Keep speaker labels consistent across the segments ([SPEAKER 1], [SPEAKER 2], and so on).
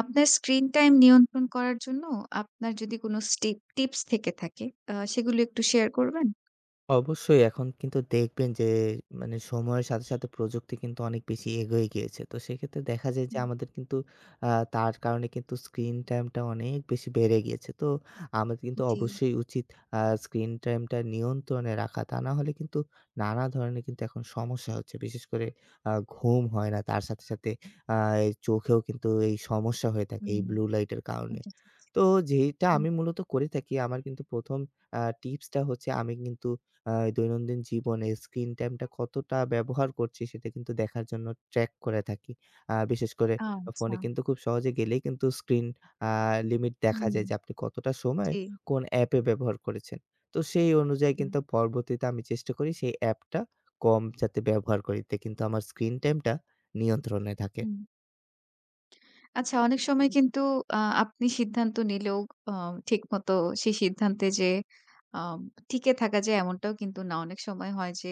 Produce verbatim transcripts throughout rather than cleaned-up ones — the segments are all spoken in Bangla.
[SPEAKER 1] আপনার স্ক্রিন টাইম নিয়ন্ত্রণ করার জন্য আপনার যদি কোনো স্টেপ টিপস থেকে থাকে, আ সেগুলো একটু শেয়ার করবেন?
[SPEAKER 2] অবশ্যই এখন কিন্তু দেখবেন যে মানে সময়ের সাথে, সাথে প্রযুক্তি কিন্তু অনেক বেশি এগিয়ে গিয়েছে। তো সেক্ষেত্রে দেখা যায় যে
[SPEAKER 1] হুম,
[SPEAKER 2] আমাদের কিন্তু আ তার কারণে কিন্তু স্ক্রিন টাইমটা অনেক বেশি বেড়ে গিয়েছে। তো আমাদের কিন্তু
[SPEAKER 1] জি,
[SPEAKER 2] অবশ্যই উচিত আ স্ক্রিন টাইমটা নিয়ন্ত্রণে রাখা। তা না হলে কিন্তু নানা ধরনের কিন্তু এখন সমস্যা হচ্ছে। বিশেষ করে আ ঘুম হয় না। তার সাথে, সাথে আ এই চোখেও কিন্তু এই সমস্যা হয়ে থাকে এই
[SPEAKER 1] হুম,
[SPEAKER 2] ব্লু লাইটের কারণে।
[SPEAKER 1] এটা ঠিক।
[SPEAKER 2] তো যেইটা
[SPEAKER 1] হুম।
[SPEAKER 2] আমি মূলত করে থাকি আমার কিন্তু ১ম আ টিপসটা হচ্ছে আমি কিন্তু আ দৈনন্দিন জীবনে স্ক্রিন টাইমটা কতটা ব্যবহার করছি সেটা কিন্তু দেখার জন্য ট্র্যাক করে থাকি। আ বিশেষ করে
[SPEAKER 1] আচ্ছা।
[SPEAKER 2] ফোনে কিন্তু খুব সহজে গেলেই কিন্তু স্ক্রিন আ লিমিট দেখা
[SPEAKER 1] হুম,
[SPEAKER 2] যায় যে আপনি কতটা সময়
[SPEAKER 1] জি।
[SPEAKER 2] কোন অ্যাপে ব্যবহার করেছেন। তো সেই অনুযায়ী
[SPEAKER 1] হুম,
[SPEAKER 2] কিন্তু পরবর্তীতে আমি চেষ্টা করি সেই অ্যাপটা কম যাতে ব্যবহার করি। এতে কিন্তু আমার স্ক্রিন টাইমটা নিয়ন্ত্রণে থাকে।
[SPEAKER 1] হুম। আচ্ছা, অনেক সময় হুম। কিন্তু আ আপনি সিদ্ধান্ত নিলেও আ ঠিকমতো সেই সিদ্ধান্তে যে আ টিকে থাকা যায়, এমনটাও কিন্তু না। অনেক সময় হয় যে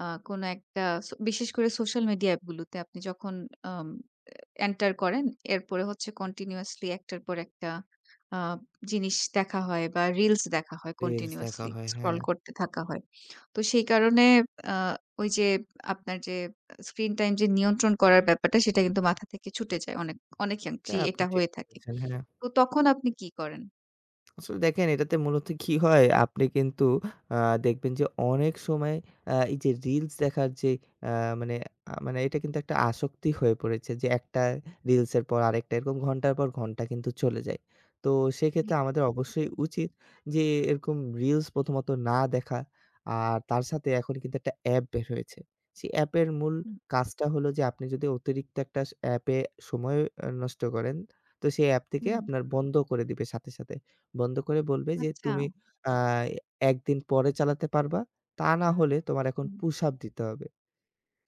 [SPEAKER 1] আ কোনো একটা, সো বিশেষ করে সোশ্যাল মিডিয়া অ্যাপগুলোতে আপনি যখন আম এন্টার করেন। এরপরে হচ্ছে কন্টিনিউয়াসলি একটার পর একটা আ জিনিস দেখা হয় বা রিলস দেখা হয়,
[SPEAKER 2] রিলস দেখা
[SPEAKER 1] কন্টিনিউয়াসলি
[SPEAKER 2] হয়,
[SPEAKER 1] স্ক্রল
[SPEAKER 2] হ্যাঁ।
[SPEAKER 1] করতে থাকা হয়। তো সেই কারণে আ ওই যে আপনার যে স্ক্রিন টাইম যে নিয়ন্ত্রণ করার ব্যাপারটা সেটা কিন্তু মাথা থেকে ছুটে যায়, অনেক
[SPEAKER 2] এটা
[SPEAKER 1] অনেকাংশেই
[SPEAKER 2] আপনি
[SPEAKER 1] এটা
[SPEAKER 2] ঠিক
[SPEAKER 1] হয়ে থাকে।
[SPEAKER 2] বলেছেন, হ্যাঁ।
[SPEAKER 1] তো তখন আপনি কি করেন?
[SPEAKER 2] আসলে দেখেন এটাতে মূলত কি হয়? আপনি কিন্তু আ দেখবেন যে অনেক সময় আ এই যে রিলস দেখার যে আ মানে আ মানে এটা কিন্তু একটা আসক্তি হয়ে পড়েছে যে একটা রিলসের পর আরেকটা এরকম ঘন্টার পর ঘন্টা কিন্তু চলে যায়। তো
[SPEAKER 1] জি,
[SPEAKER 2] সেক্ষেত্রে আমাদের অবশ্যই
[SPEAKER 1] সেটাই।
[SPEAKER 2] উচিত যে এরকম রিলস প্রথমত না দেখা। আর তার সাথে এখন কিন্তু একটা অ্যাপ বের হয়েছে। সেই অ্যাপের মূল
[SPEAKER 1] হুম,
[SPEAKER 2] কাজটা হলো যে আপনি যদি অতিরিক্ত একটা স অ্যাপে সময় আ নষ্ট করেন, তো সেই অ্যাপ থেকে
[SPEAKER 1] হুম।
[SPEAKER 2] আপনার বন্ধ করে দিবে সাথে, সাথে। বন্ধ করে বলবে যে,
[SPEAKER 1] আচ্ছা।
[SPEAKER 2] "তুমি আ এক দিন পরে চালাতে পারবা। তা না হলে তোমার এখন
[SPEAKER 1] হুম।
[SPEAKER 2] পুশ আপ দিতে হবে।"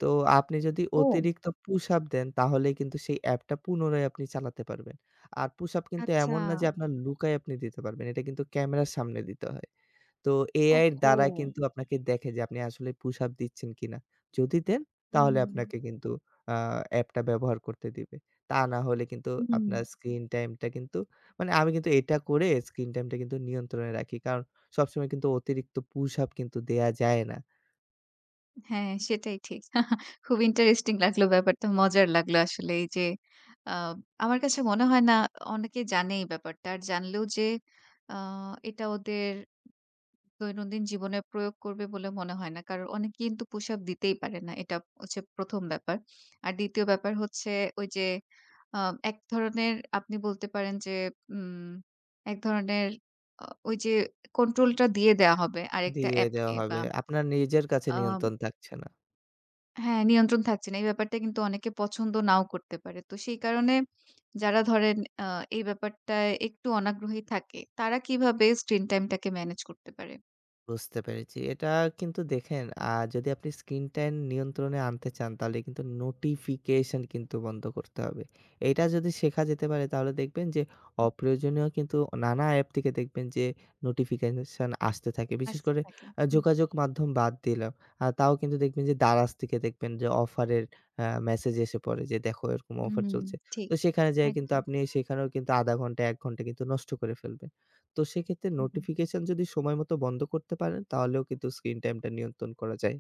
[SPEAKER 2] তো আপনি যদি
[SPEAKER 1] ও!
[SPEAKER 2] অতিরিক্ত পুশ আপ দেন তাহলেই কিন্তু সেই অ্যাপটা পুনরায় আপনি চালাতে পারবেন। আর পুশ আপ কিন্তু
[SPEAKER 1] আচ্ছা।
[SPEAKER 2] এমন না যে আপনার লুকায় আপনি দিতে পারবেন। এটা কিন্তু ক্যামেরার সামনে দিতে হয়। তো এ আই এর
[SPEAKER 1] ওহো!
[SPEAKER 2] দ্বারা কিন্তু আপনাকে দেখে যে আপনি আসলে পুশ আপ দিচ্ছেন কিনা। যদি দেন তাহলে
[SPEAKER 1] হুম,
[SPEAKER 2] আপনাকে কিন্তু আ অ্যাপটা ব্যবহার করতে দিবে। তা না হলে কিন্তু
[SPEAKER 1] হুম।
[SPEAKER 2] আপনার স্ক্রিন টাইমটা কিন্তু মানে আমি কিন্তু এটা করে স্ক্রিন টাইমটা কিন্তু নিয়ন্ত্রণে রাখি। কারণ সবসময় কিন্তু অতিরিক্ত পুশ আপ কিন্তু দেয়া যায় না।
[SPEAKER 1] হ্যাঁ, সেটাই ঠিক। খুব ইন্টারেস্টিং লাগলো ব্যাপারটা। মজার লাগলো আসলে এই যে আ আমার কাছে মনে হয় না অনেকে জানে এই ব্যাপারটা। আর জানলেও যে আ এটা ওদের দৈনন্দিন জীবনে প্রয়োগ করবে বলে মনে হয় না। কারণ অনেকে কিন্তু পুশ আপ দিতেই পারে না। এটা হচ্ছে প্রথম ব্যাপার। আর দ্বিতীয় ব্যাপার হচ্ছে ওই যে আ এক ধরনের, আপনি বলতে পারেন যে উম এক ধরনের, আ ওই যে কন্ট্রোলটা দিয়ে দেয়া হবে আরেকটা
[SPEAKER 2] দিয়ে দেওয়া
[SPEAKER 1] অ্যাপকে, বা
[SPEAKER 2] হবে। আপনার নিজের কাছে
[SPEAKER 1] আ
[SPEAKER 2] নিয়ন্ত্রণ থাকছে না।
[SPEAKER 1] হ্যাঁ, নিয়ন্ত্রণ থাকছে না। এই ব্যাপারটা কিন্তু অনেকে পছন্দ নাও করতে পারে। তো সেই কারণে যারা ধরেন আ এই ব্যাপারটায় একটু অনাগ্রহী থাকে, তারা কিভাবে স্ক্রিন টাইম টাকে মেনেজ করতে পারে?
[SPEAKER 2] বুঝতে পেরেছি। এটা কিন্তু দেখেন আ যদি আপনি স্ক্রিন টাইম নিয়ন্ত্রণে আনতে চান তাহলে কিন্তু নোটিফিকেশন কিন্তু বন্ধ করতে হবে। এইটা যদি শেখা যেতে পারে তাহলে দেখবেন যে অপ্রয়োজনীয় কিন্তু নানা অ্যাপ থেকে দেখবেন যে নোটিফিকেশন আসতে থাকে। বিশেষ
[SPEAKER 1] আসতে
[SPEAKER 2] করে
[SPEAKER 1] থাকে।
[SPEAKER 2] আ
[SPEAKER 1] হুম।
[SPEAKER 2] যোগাযোগ মাধ্যম বাদ দিলাম। আ তাও কিন্তু দেখবেন যে Daraz থেকে দেখবেন যে অফারের আ মেসেজ এসে পড়ে যে দেখো এরকম অফার
[SPEAKER 1] হুম,
[SPEAKER 2] চলছে। তো
[SPEAKER 1] ঠিক।
[SPEAKER 2] সেখানে যেয়ে কিন্তু
[SPEAKER 1] একদম।
[SPEAKER 2] আপনি সেখানেও কিন্তু আধা ঘন্টা এক ঘন্টা কিন্তু নষ্ট করে ফেলবেন। তো সেক্ষেত্রে
[SPEAKER 1] হুম, হুম।
[SPEAKER 2] নোটিফিকেশন যদি সময় মতো বন্ধ করতে পারেন, তাহলেও কিন্তু স্ক্রিন টাইমটা নিয়ন্ত্রণ করা যায়।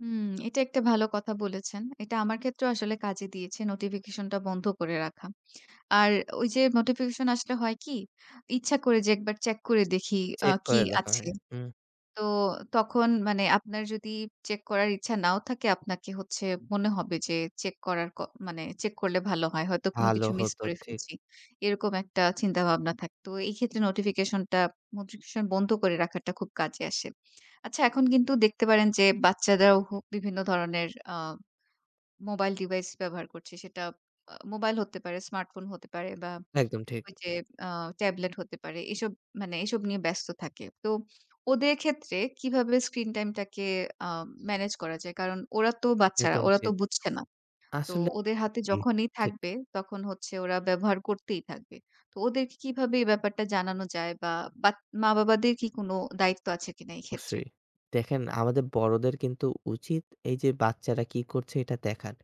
[SPEAKER 1] হুম, এটা একটা ভালো কথা বলেছেন। এটা আমার ক্ষেত্রেও আসলে কাজে দিয়েছে নোটিফিকেশনটা বন্ধ করে রাখা। আর ওই যে নোটিফিকেশন আসলে হয় কি? ইচ্ছা করে যে একবার চেক করে দেখি আ
[SPEAKER 2] চেক
[SPEAKER 1] কি
[SPEAKER 2] করে দেখা
[SPEAKER 1] আছে।
[SPEAKER 2] হয়। হুম,
[SPEAKER 1] তো তখন, মানে, আপনার যদি চেক করার ইচ্ছা নাও থাকে, আপনাকে হচ্ছে মনে হবে যে চেক করার ক মানে চেক করলে ভালো হয়। হয়তো কোনো
[SPEAKER 2] ভালো
[SPEAKER 1] কিছু মিস
[SPEAKER 2] হতো
[SPEAKER 1] করে
[SPEAKER 2] ঠিক।
[SPEAKER 1] ফেলছি। এরকম একটা চিন্তাভাবনা থাকে। তো এই ক্ষেত্রে নোটিফিকেশনটা নোটিফিকেশন বন্ধ করে রাখাটা খুব কাজে আসে। আচ্ছা, এখন কিন্তু দেখতে পারেন যে বাচ্চারাও হো বিভিন্ন ধরনের আ মোবাইল ডিভাইস ব্যবহার করছে। সেটা আ মোবাইল হতে পারে, স্মার্টফোন হতে পারে, বা
[SPEAKER 2] একদম ঠিক।
[SPEAKER 1] ওই যে আ ট্যাবলেট হতে পারে। এসব মানে এসব নিয়ে ব্যস্ত থাকে। তো ওদের ক্ষেত্রে কিভাবে স্ক্রিন টাইমটাকে আ ম্যানেজ করা যায়? কারণ ওরা তো বাচ্চারা,
[SPEAKER 2] একদম
[SPEAKER 1] ওরা তো
[SPEAKER 2] ঠিক।
[SPEAKER 1] বুঝছে না। তো
[SPEAKER 2] আসলে
[SPEAKER 1] ওদের হাতে
[SPEAKER 2] জি।
[SPEAKER 1] যখনই
[SPEAKER 2] ঠিক।
[SPEAKER 1] থাকবে তখন হচ্ছে ওরা ব্যবহার করতেই থাকবে। তো ওদেরকে কিভাবে এই ব্যাপারটা জানানো যায়, বা বাত মা-বাবাদের কি কোনো দায়িত্ব আছে কিনা এই ক্ষেত্রে?
[SPEAKER 2] অবশ্যই। দেখেন আমাদের বড়দের কিন্তু উচিত এই যে বাচ্চারা কি করছে এটা দেখান।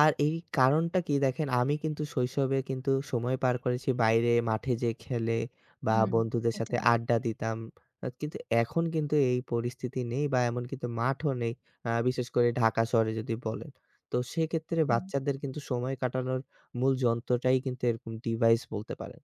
[SPEAKER 2] আর এই কারণটা কি দেখেন আমি কিন্তু শৈশবে কিন্তু সময় পার করেছি বাইরে মাঠে যেয়ে খেলে বা
[SPEAKER 1] হুম,
[SPEAKER 2] বন্ধুদের সাথে
[SPEAKER 1] এটাই।
[SPEAKER 2] আড্ডা দিতাম। আ কিন্তু এখন কিন্তু এই পরিস্থিতি নেই বা এমন কিন্তু মাঠও নেই। আ বিশেষ করে ঢাকা শহরে যদি বলেন। তো সেক্ষেত্রে
[SPEAKER 1] হুম।
[SPEAKER 2] বাচ্চাদের কিন্তু সময় কাটানোর মূল যন্ত্রটাই কিন্তু এরকম ডিভাইস বলতে পারেন।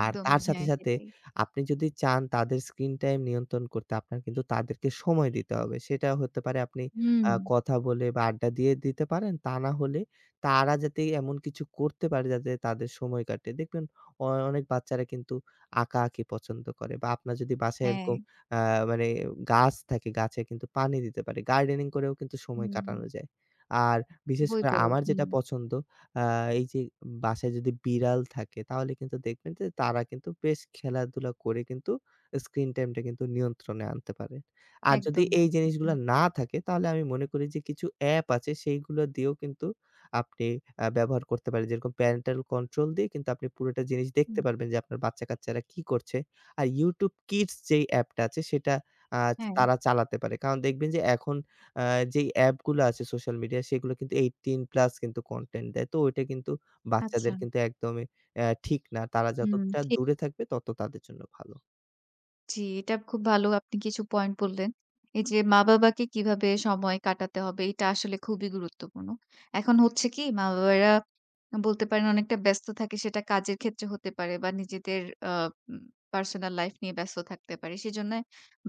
[SPEAKER 2] আর তার সাথে,
[SPEAKER 1] হ্যাঁ,
[SPEAKER 2] সাথে
[SPEAKER 1] সেটাই।
[SPEAKER 2] আপনি যদি চান তাদের স্ক্রিন টাইম নিয়ন্ত্রণ করতে, আপনার কিন্তু তাদেরকে সময় দিতে হবে। সেটা হতে পারে আপনি
[SPEAKER 1] হুম,
[SPEAKER 2] আ কথা বলে বা আড্ডা দিয়ে দিতে পারেন। তা না হলে তারা যাতে এমন কিছু করতে পারে যাতে তাদের সময় কাটে। দেখবেন অ অনেক বাচ্চারা কিন্তু আঁকাআঁকি পছন্দ করে বা আপনার যদি বাসায়
[SPEAKER 1] হ্যাঁ।
[SPEAKER 2] এরকম আ মানে গাছ থাকে, গাছে কিন্তু পানি দিতে পারে। গার্ডেনিং করেও কিন্তু সময়
[SPEAKER 1] হুম।
[SPEAKER 2] কাটানো যায়। আর বিশেষ
[SPEAKER 1] বই
[SPEAKER 2] করে
[SPEAKER 1] পড়ো।
[SPEAKER 2] আমার যেটা
[SPEAKER 1] হুম।
[SPEAKER 2] পছন্দ আ এই যে বাসায় যদি বিড়াল থাকে তাহলে কিন্তু দেখবেন যে তারা কিন্তু বেশ খেলাধুলা করে কিন্তু স্ক্রিন টাইমটা কিন্তু নিয়ন্ত্রণে আনতে পারে। আর যদি
[SPEAKER 1] একদম,
[SPEAKER 2] এই
[SPEAKER 1] একদম।
[SPEAKER 2] জিনিসগুলা
[SPEAKER 1] হুম,
[SPEAKER 2] না থাকে তাহলে আমি মনে করি যে কিছু অ্যাপ আছে সেইগুলো দিয়েও কিন্তু আপনি আ ব্যবহার করতে পারেন। যেরকম প্যারেন্টাল কন্ট্রোল দিয়ে কিন্তু আপনি পুরোটা জিনিস দেখতে
[SPEAKER 1] হুম।
[SPEAKER 2] পারবেন যে আপনার বাচ্চা-কাচ্চারা কি করছে। আর YouTube Kids যেই অ্যাপটা আছে সেটা আ
[SPEAKER 1] হ্যাঁ,
[SPEAKER 2] তারা চালাতে পারে। কারণ দেখবেন যে এখন আ যেই অ্যাপগুলো আছে সোশ্যাল মিডিয়া সেগুলো কিন্তু আঠারো প্লাস কিন্তু কনটেন্ট দেয়। তো ওইটা কিন্তু
[SPEAKER 1] আচ্ছা।
[SPEAKER 2] বাচ্চাদের কিন্তু একদমই অ্যা ঠিক না। তারা
[SPEAKER 1] হুম,
[SPEAKER 2] যতটা
[SPEAKER 1] ঠিক।
[SPEAKER 2] দূরে থাকবে তত তাদের জন্য ভালো।
[SPEAKER 1] জি, এটা খুব ভালো, আপনি কিছু পয়েন্ট বললেন। এই যে মা-বাবাকে কিভাবে সময় কাটাতে হবে, এটা আসলে খুবই গুরুত্বপূর্ণ। এখন হচ্ছে কি, মা-বাবারা বলতে পারেন অনেকটা ব্যস্ত থাকে, সেটা কাজের ক্ষেত্রে হতে পারে বা নিজেদের আ উম পার্সোনাল লাইফ নিয়ে ব্যস্ত থাকতে পারে। সেজন্য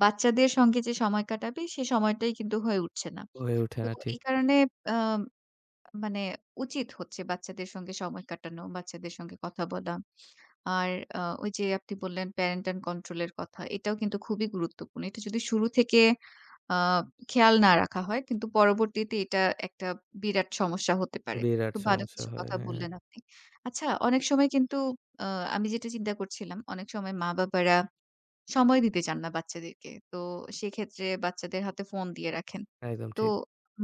[SPEAKER 1] বাচ্চাদের সঙ্গে যে সময় কাটাবে সে সময়টাই কিন্তু হয়ে উঠছে না।
[SPEAKER 2] হয়ে ওঠে
[SPEAKER 1] তো
[SPEAKER 2] না ঠিক।
[SPEAKER 1] এই কারণে আ মানে উচিত হচ্ছে বাচ্চাদের সঙ্গে সময় কাটানো, বাচ্চাদের সঙ্গে কথা বলা। আর আ ওই যে আপনি বললেন প্যারেন্টাল কন্ট্রোল এর কথা, এটাও কিন্তু খুবই গুরুত্বপূর্ণ। এটা যদি শুরু থেকে আ খেয়াল না রাখা হয়, কিন্তু পরবর্তীতে এটা একটা বিরাট সমস্যা হতে পারে।
[SPEAKER 2] বিরাট
[SPEAKER 1] খুব হুম। ভালো
[SPEAKER 2] সমস্যা
[SPEAKER 1] কিছু
[SPEAKER 2] হয়।
[SPEAKER 1] কথা
[SPEAKER 2] হ্যাঁ,
[SPEAKER 1] বললেন আপনি। আচ্ছা, অনেক সময় কিন্তু আ আমি যেটা চিন্তা করছিলাম, অনেক সময় মা-বাবারা সময় দিতে চান না বাচ্চাদেরকে। তো সেক্ষেত্রে বাচ্চাদের হাতে ফোন দিয়ে রাখেন।
[SPEAKER 2] একদম
[SPEAKER 1] তো
[SPEAKER 2] ঠিক।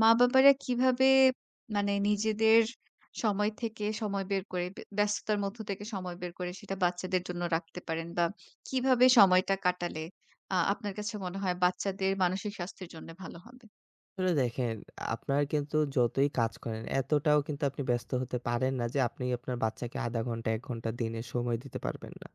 [SPEAKER 1] মা-বাবারা কিভাবে, মানে, নিজেদের সময় থেকে সময় বের করে, বে ব্যস্ততার মধ্য থেকে সময় বের করে সেটা বাচ্চাদের জন্য রাখতে পারেন, বা কিভাবে সময়টা কাটালে আ আপনার কাছে মনে হয় বাচ্চাদের মানসিক স্বাস্থ্যের জন্য ভালো হবে?
[SPEAKER 2] আসলে দেখেন, আপনার কিন্তু যতই কাজ করেন এতটাও কিন্তু আপনি ব্যস্ত হতে পারেন না যে আপনি আপনার বাচ্চাকে আধা ঘন্টা এক ঘন্টা দিনে সময় দিতে পারবেন না।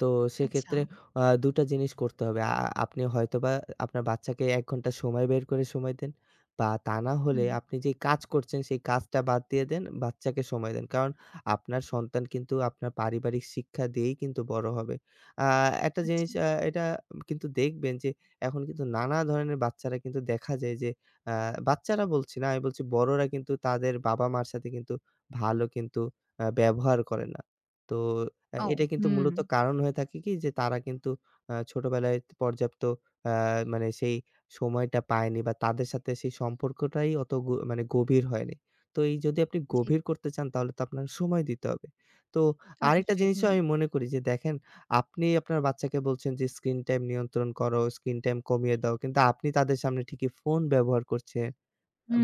[SPEAKER 2] তো
[SPEAKER 1] আচ্ছা।
[SPEAKER 2] সেক্ষেত্রে আ দুই টা জিনিস করতে হবে। আ আপনি হয়তোবা আপনার বাচ্চাকে এক ঘন্টা সময় বের করে সময় দেন বা তা না হলে
[SPEAKER 1] হুম।
[SPEAKER 2] আপনি যে কাজ করছেন সেই কাজটা বাদ দিয়ে দেন, বাচ্চাকে সময় দেন। কারণ আপনার সন্তান কিন্তু আপনার পারিবারিক শিক্ষা দিয়েই কিন্তু বড় হবে। আ একটা
[SPEAKER 1] আচ্ছা।
[SPEAKER 2] জিনিস আ এটা কিন্তু দেখবেন যে এখন কিন্তু নানা ধরনের বাচ্চারা কিন্তু দেখা যায় যে আ বাচ্চারা বলছি না, আমি বলছি বড়রা কিন্তু তাদের বাবা-মার সাথে কিন্তু ভালো কিন্তু আ ব্যবহার করে না। তো আ
[SPEAKER 1] ও,
[SPEAKER 2] এটা কিন্তু
[SPEAKER 1] হুম।
[SPEAKER 2] মূলত কারণ হয়ে থাকে কি যে তারা কিন্তু আ ছোটবেলায় পর্যাপ্ত আ মানে সেই সময়টা পায়নি বা তাদের সাথে সেই সম্পর্কটাই অত গ মানে গভীর হয়নি। তো এই যদি আপনি
[SPEAKER 1] জি,
[SPEAKER 2] গভীর করতে চান তাহলে তো আপনার সময় দিতে হবে। তো আরেকটা
[SPEAKER 1] অবশ্যই।
[SPEAKER 2] জিনিসও
[SPEAKER 1] হুম।
[SPEAKER 2] আমি মনে করি যে দেখেন আপনি আপনার বাচ্চাকে বলছেন যে স্ক্রিন টাইম নিয়ন্ত্রণ করো, স্ক্রিন টাইম কমিয়ে দাও। কিন্তু আপনি তাদের সামনে ঠিকই ফোন ব্যবহার করছেন।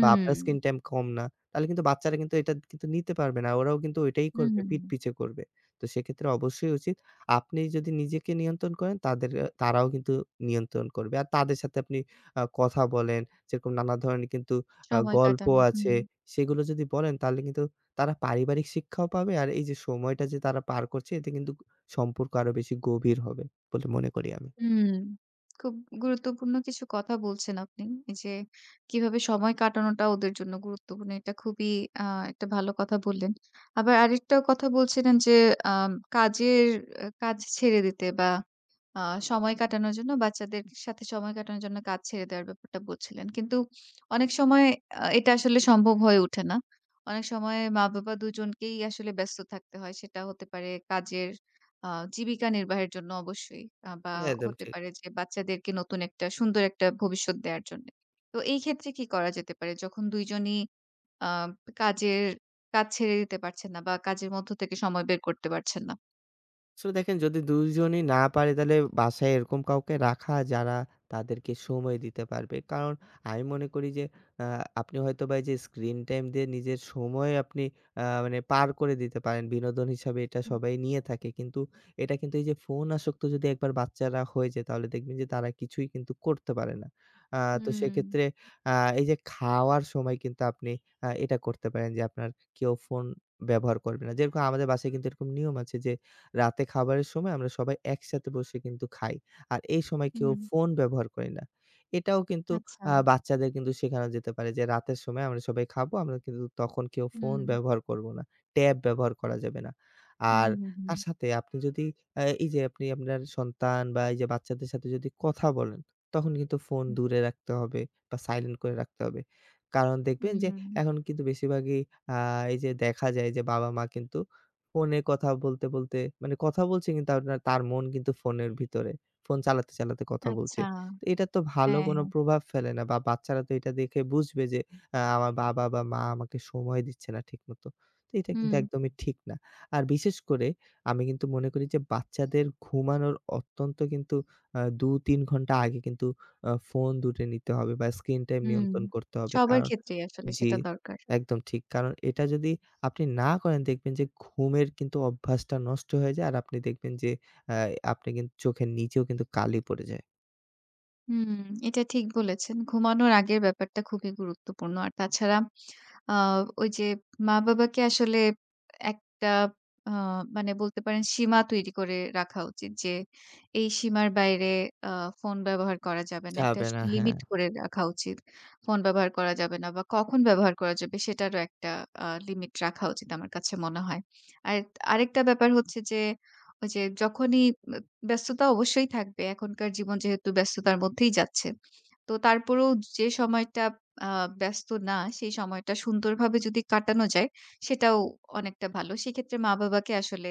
[SPEAKER 2] বা আপনার স্ক্রিন টাইম কম না, তাহলে কিন্তু বাচ্চারা কিন্তু এটা কিন্তু নিতে পারবে না। ওরাও কিন্তু ওইটাই
[SPEAKER 1] হুম,
[SPEAKER 2] করবে,
[SPEAKER 1] হুম,
[SPEAKER 2] পিঠ
[SPEAKER 1] হুম।
[SPEAKER 2] পিছে করবে। তো সেক্ষেত্রে অবশ্যই উচিত আপনি যদি নিজেকে নিয়ন্ত্রণ করেন তাদের আ তারাও কিন্তু নিয়ন্ত্রণ করবে। আর তাদের সাথে আপনি আ কথা বলেন, যেরকম নানা ধরনের কিন্তু আ
[SPEAKER 1] সময়
[SPEAKER 2] গল্প
[SPEAKER 1] কাটানো। হুম।
[SPEAKER 2] আছে, সেগুলো যদি বলেন তাহলে কিন্তু তারা পারিবারিক শিক্ষাও পাবে। আর এই যে সময়টা যে তারা পার করছে এতে কিন্তু সম্পর্ক আরো বেশি গভীর হবে বলে মনে করি আমি।
[SPEAKER 1] হুম, খুব গুরুত্বপূর্ণ কিছু কথা বলছেন আপনি। এই যে কিভাবে সময় কাটানোটা ওদের জন্য গুরুত্বপূর্ণ, এটা খুবই আ একটা ভালো কথা বললেন। আবার আরেকটা কথা বলছিলেন যে, আম কাজের আ কাজ ছেড়ে দিতে, বা আ সময় কাটানোর জন্য, বাচ্চাদের সাথে সময় কাটানোর জন্য কাজ ছেড়ে দেওয়ার ব্যাপারটা বলছিলেন। কিন্তু অনেক সময় আ এটা আসলে সম্ভব হয়ে ওঠে না। অনেক সময় মা-বাবা দুজনকেই আসলে ব্যস্ত থাকতে হয়। সেটা হতে পারে কাজের, আ জীবিকা নির্বাহের জন্য অবশ্যই, আ বা
[SPEAKER 2] একদম
[SPEAKER 1] হতে
[SPEAKER 2] ঠিক।
[SPEAKER 1] পারে যে বাচ্চাদেরকে নতুন একটা সুন্দর একটা ভবিষ্যৎ দেয়ার জন্য। তো এই ক্ষেত্রে কি করা যেতে পারে? যখন দুইজনই আ কাজের কাজ ছেড়ে দিতে পারছেন না বা কাজের মধ্য থেকে সময় বের করতে পারছেন না?
[SPEAKER 2] আসলে দেখেন যদি দুজনই না পারে তাহলে বাসায় এরকম কাউকে রাখা যারা তাদেরকে সময় দিতে পারবে। কারণ আমি মনে করি যে আ আপনি হয়তোবা এই যে স্ক্রিন টাইম দিয়ে নিজের সময় আপনি আ মানে পার করে দিতে পারেন। বিনোদন হিসাবে এটা সবাই নিয়ে থাকে। কিন্তু এটা কিন্তু এই যে ফোন আসক্ত যদি একবার বাচ্চারা হয়ে যায় তাহলে দেখবেন যে তারা কিছুই কিন্তু করতে পারে না। আ তো
[SPEAKER 1] হুম,
[SPEAKER 2] সেক্ষেত্রে আ এই যে খাওয়ার সময় কিন্তু আপনি আ এটা করতে পারেন যে আপনার কেউ ফোন ব্যবহার করবে না। যেরকম আমাদের বাসায় কিন্তু এরকম নিয়ম আছে যে রাতে খাবারের সময় আমরা সবাই একসাথে বসে কিন্তু খাই। আর এই সময় কেউ
[SPEAKER 1] হুম,
[SPEAKER 2] ফোন ব্যবহার করি না। এটাও কিন্তু
[SPEAKER 1] আচ্ছা।
[SPEAKER 2] আ বাচ্চাদের কিন্তু শেখানো যেতে পারে যে রাতের সময় আমরা সবাই খাবো। আমরা কিন্তু তখন কেউ ফোন
[SPEAKER 1] হুম,
[SPEAKER 2] ব্যবহার করব না। ট্যাব ব্যবহার করা যাবে না।
[SPEAKER 1] হুম,
[SPEAKER 2] আর
[SPEAKER 1] হুম,
[SPEAKER 2] তার সাথে আপনি যদি আ এই যে আপনি আপনার সন্তান বা এই যে বাচ্চাদের সাথে যদি কথা বলেন, তখন কিন্তু ফোন
[SPEAKER 1] হুম,
[SPEAKER 2] দূরে রাখতে হবে বা সাইলেন্ট করে রাখতে হবে। কারণ দেখবেন
[SPEAKER 1] হুম,
[SPEAKER 2] যে
[SPEAKER 1] হুম।
[SPEAKER 2] এখন কিন্তু বেশিরভাগই আ এই যে দেখা যায় যে বাবা-মা কিন্তু ফোনে কথা বলতে, বলতে মানে কথা বলছি কিন্তু আপনার তার মন কিন্তু ফোনের ভিতরে। ফোন চালাতে, চালাতে কথা বলছে।
[SPEAKER 1] আচ্ছা,
[SPEAKER 2] তো এটা তো ভালো
[SPEAKER 1] হ্যাঁ,
[SPEAKER 2] কোনো
[SPEAKER 1] হ্যাঁ।
[SPEAKER 2] প্রভাব ফেলে না বা বাচ্চারা তো এটা দেখে বুঝবে যে আ আমার বাবা বা মা আমাকে সময় দিচ্ছে না ঠিকমতো। তো এটা কিন্তু
[SPEAKER 1] হুম,
[SPEAKER 2] একদমই ঠিক না। আর বিশেষ করে আমি কিন্তু মনে করি যে বাচ্চাদের ঘুমানোর অত্যন্ত কিন্তু আ দুই তিন ঘন্টা আগে কিন্তু আ ফোন দূরে নিতে হবে বা স্ক্রিন টাইম
[SPEAKER 1] হুম।
[SPEAKER 2] নিয়ন্ত্রণ করতে হবে।
[SPEAKER 1] সবার
[SPEAKER 2] কারণ
[SPEAKER 1] ক্ষেত্রেই আসলে
[SPEAKER 2] জি,
[SPEAKER 1] সেটা দরকার।
[SPEAKER 2] একদম ঠিক। কারণ এটা যদি আপনি না করেন দেখবেন যে ঘুমের কিন্তু অভ্যাসটা নষ্ট হয়ে যায়। আর আপনি দেখবেন যে আ আপনি কিন্তু চোখের নিচেও কিন্তু কালি পড়ে যায়।
[SPEAKER 1] হুম, এটা ঠিক বলেছেন। ঘুমানোর আগের ব্যাপারটা খুবই গুরুত্বপূর্ণ। আর তাছাড়া, আ ওই যে মা-বাবাকে আসলে একটা, আ মানে, বলতে পারেন সীমা তৈরি করে রাখা উচিত যে, এই সীমার বাইরে আ ফোন ব্যবহার করা যাবে না। একটা
[SPEAKER 2] যাবে
[SPEAKER 1] স
[SPEAKER 2] না, হ্যাঁ।
[SPEAKER 1] লিমিট করে রাখা উচিত। ফোন ব্যবহার করা যাবে না, বা কখন ব্যবহার করা যাবে সেটারও একটা আ লিমিট রাখা উচিত আমার কাছে মনে হয়। আর আরেকটা ব্যাপার হচ্ছে যে, ওই যে যখনই ব ব্যস্ততা অবশ্যই থাকবে। এখনকার জীবন যেহেতু ব্যস্ততার মধ্যেই যাচ্ছে। তো তারপরেও যে সময়টা আ ব্যস্ত না, সেই সময়টা সুন্দরভাবে যদি কাটানো যায়, সেটাও অনেকটা ভালো। সেক্ষেত্রে মা-বাবাকে আসলে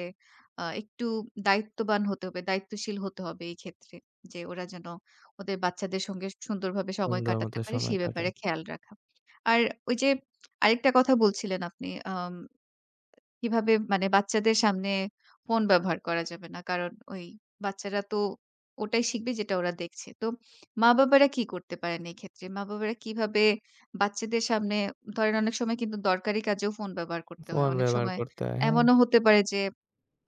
[SPEAKER 1] আ একটু দায়িত্ববান হতে হবে, দায়িত্বশীল হতে হবে এই ক্ষেত্রে। যে ওরা যেন ওদের বাচ্চাদের সঙ্গে সুন্দরভাবে সময়
[SPEAKER 2] সুন্দর মতো
[SPEAKER 1] কাটাতে পারে,
[SPEAKER 2] সময়
[SPEAKER 1] সেই
[SPEAKER 2] কাটে।
[SPEAKER 1] ব্যাপারে খেয়াল রাখা। আর ওই যে আরেকটা কথা বলছিলেন আপনি, আম কিভাবে, মানে, বাচ্চাদের সামনে ফোন ব্যবহার করা যাবে না। কারণ ওই বাচ্চারা তো ওটাই শিখবে যেটা ওরা দেখছে। তো মা-বাবারা কি করতে পারেন এই ক্ষেত্রে? মা-বাবারা কিভাবে বাচ্চাদের সামনে, ধরেন অনেক সময় কিন্তু দরকারি কাজেও ফোন ব্যবহার করতে হয়।
[SPEAKER 2] ফোন
[SPEAKER 1] অনেক
[SPEAKER 2] ব্যবহার
[SPEAKER 1] সময়
[SPEAKER 2] করতে হয়, হ্যাঁ।
[SPEAKER 1] এমনও হতে পারে যে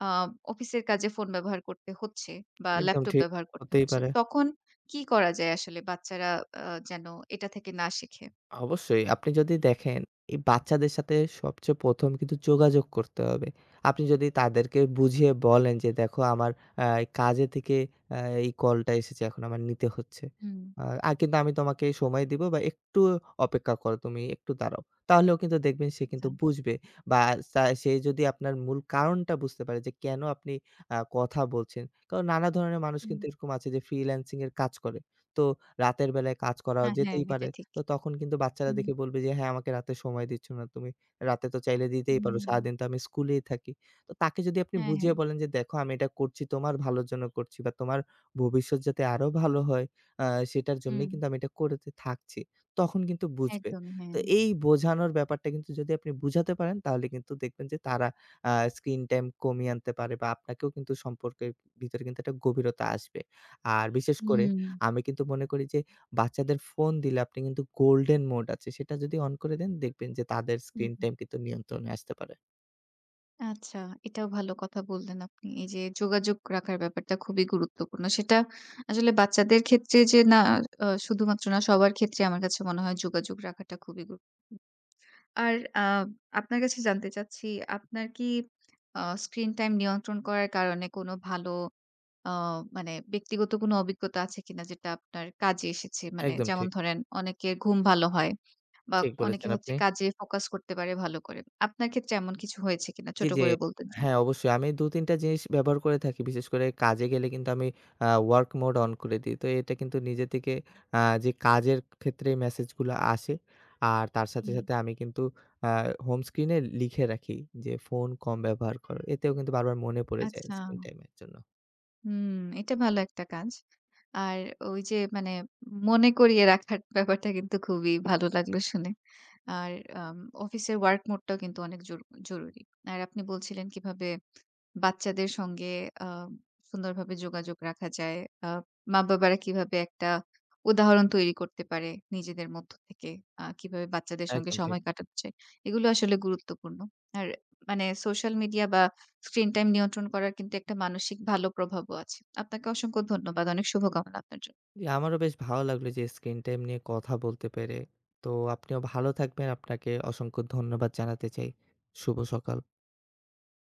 [SPEAKER 1] আ অফিসের কাজে ফোন ব্যবহার করতে হচ্ছে বা
[SPEAKER 2] একদম
[SPEAKER 1] ল্যাপটপ
[SPEAKER 2] ঠিক।
[SPEAKER 1] ব্যবহার করতে
[SPEAKER 2] হতেই
[SPEAKER 1] হচ্ছে।
[SPEAKER 2] পারে।
[SPEAKER 1] তখন কি করা যায় আসলে বাচ্চারা আ যেন এটা থেকে না শিখে?
[SPEAKER 2] অবশ্যই। আপনি যদি দেখেন, এই বাচ্চাদের সাথে সবচেয়ে ১ম কিন্তু যোগাযোগ করতে হবে। আপনি যদি তাদেরকে বুঝিয়ে বলেন যে, "দেখো আমার আ কাজে থেকে আ এই কলটা এসেছে, এখন আমার নিতে হচ্ছে।
[SPEAKER 1] হুম,
[SPEAKER 2] আ আ কিন্তু আমি তোমাকে সময় দিব বা একটু অপেক্ষা করো তুমি, একটু দাঁড়াও।" তাহলেও কিন্তু দেখবেন সে
[SPEAKER 1] আচ্ছা।
[SPEAKER 2] কিন্তু বুঝবে বা সা সে যদি আপনার মূল কারণটা বুঝতে পারে যে, কেন আপনি আ কথা বলছেন। কারণ নানা ধরনের মানুষ
[SPEAKER 1] হুম।
[SPEAKER 2] কিন্তু এরকম আছে যে, ফ্রিল্যান্সিং এর কাজ করে। তো রাতের বেলায় কাজ করা
[SPEAKER 1] হ্যাঁ, হ্যাঁ,
[SPEAKER 2] যেতেই
[SPEAKER 1] এটা
[SPEAKER 2] পারে।
[SPEAKER 1] ঠিক।
[SPEAKER 2] তো তখন কিন্তু বাচ্চারা
[SPEAKER 1] হুম,
[SPEAKER 2] দেখে বলবে যে, "হ্যাঁ, আমাকে রাতে সময় দিচ্ছ না তুমি। রাতে তো চাইলে দিতেই
[SPEAKER 1] হুম,
[SPEAKER 2] পারো।
[SPEAKER 1] হুম।
[SPEAKER 2] সারাদিন তো আমি স্কুলেই থাকি।" তো তাকে যদি আপনি
[SPEAKER 1] হ্যাঁ,
[SPEAKER 2] বুঝিয়ে
[SPEAKER 1] হ্যাঁ।
[SPEAKER 2] বলেন যে, "দেখো আমি এটা করছি তোমার ভালোর জন্য করছি বা তোমার ভবিষ্যৎ যাতে আরো ভালো হয় আ সেটার জন্যই
[SPEAKER 1] হুম,
[SPEAKER 2] কিন্তু আমি এটা করতে থাকছি।" তখন কিন্তু বুঝবে।
[SPEAKER 1] একদম, হ্যাঁ।
[SPEAKER 2] তো এই বোঝানোর ব্যাপারটা কিন্তু যদি আপনি বুঝাতে পারেন তাহলে কিন্তু দেখবেন যে তারা আ স্ক্রিন টাইম কমিয়ে আনতে পারে বা আপনাকেও কিন্তু সম্পর্কের ভিতরে কিন্তু একটা গভীরতা আসবে। আর বিশেষ করে
[SPEAKER 1] হুম,
[SPEAKER 2] আমি কিন্তু মনে করি যে বাচ্চাদের ফোন দিলে আপনি কিন্তু গোল্ডেন মোড আছে, সেটা যদি অন করে দেন দেখবেন যে তাদের
[SPEAKER 1] হুম,
[SPEAKER 2] স্ক্রিন
[SPEAKER 1] হুম।
[SPEAKER 2] টাইম কিন্তু নিয়ন্ত্রণে আসতে পারে।
[SPEAKER 1] আচ্ছা, এটাও ভালো কথা বললেন আপনি। এই যে যোগাযোগ রাখার ব্যাপারটা খুবই গুরুত্বপূর্ণ। সেটা আসলে বাচ্চাদের ক্ষেত্রে যে না, আ শুধুমাত্র না, সবার ক্ষেত্রে আমার কাছে মনে হয় যোগাযোগ রাখাটা খুবই গুরু আর আ আপনার কাছে জানতে চাচ্ছি, আপনার কি আ স্ক্রিন টাইম নিয়ন্ত্রণ করার কারণে কোনো ভালো, আ মানে ব্যক্তিগত কোনো অভিজ্ঞতা আছে কিনা যেটা আপনার কাজে এসেছে? মানে
[SPEAKER 2] একদম
[SPEAKER 1] যেমন
[SPEAKER 2] ঠিক।
[SPEAKER 1] ধরেন অনেকের ঘুম ভালো হয়। বা
[SPEAKER 2] ঠিক
[SPEAKER 1] অনেকে
[SPEAKER 2] বলেছেন
[SPEAKER 1] হচ্ছে
[SPEAKER 2] আপনি।
[SPEAKER 1] কাজে ফোকাস করতে পারে ভালো করে। আপনার ক্ষেত্রে এমন কিছু হয়েছে কিনা?
[SPEAKER 2] জি,
[SPEAKER 1] ছোট
[SPEAKER 2] জি।
[SPEAKER 1] করে বলতেন যদি।
[SPEAKER 2] হ্যাঁ, অবশ্যই। আমি দুই তিন টা জিনিস ব্যবহার করে থাকি। বিশেষ করে কাজে গেলে কিন্তু আমি আ ওয়ার্ক মোড অন করে দিই। তো এটা কিন্তু নিজে থেকে আ যে কাজের ক্ষেত্রে মেসেজগুলো আসে আর তার সাথে,
[SPEAKER 1] হুম।
[SPEAKER 2] সাথে আমি কিন্তু আ হোম স্ক্রিনে লিখে রাখি যে ফোন কম ব্যবহার করো। এতেও কিন্তু বারবার মনে পড়ে যায়
[SPEAKER 1] আচ্ছা।
[SPEAKER 2] স্ক্রিন টাইম এর জন্য।
[SPEAKER 1] হুম, এটা ভালো একটা কাজ। আর ওই যে, মানে, মনে করিয়ে রাখার ব্যাপারটা কিন্তু খুবই ভালো লাগলো শুনে। আর আম অফিসের ওয়ার্ক মোডটাও কিন্তু অনেক জরু জরুরি। আর আপনি বলছিলেন কিভাবে বাচ্চাদের সঙ্গে আ সুন্দরভাবে যোগাযোগ রাখা যায়। আ মা-বাবারা কিভাবে একটা উদাহরণ তৈরি করতে পারে নিজেদের মধ্য থেকে, আ কিভাবে বাচ্চাদের সঙ্গে
[SPEAKER 2] একদম ঠিক।
[SPEAKER 1] সময় কাটাতে চায়। এগুলো আসলে গুরুত্বপূর্ণ। আর মানে সোশ্যাল মিডিয়া বা স্ক্রিন টাইম নিয়ন্ত্রণ করার কিন্তু একটা মানসিক ভালো প্রভাবও আছে। আপনাকে অসংখ্য ধন্যবাদ। অনেক শুভকামনা আপনার জন্য।
[SPEAKER 2] জি, আমারও বেশ ভালো লাগলো যে স্ক্রিন টাইম নিয়ে কথা বলতে পেরে। তো আপনিও ভালো থাকবেন। আপনাকে অসংখ্য ধন্যবাদ জানাতে চাই। শুভ সকাল।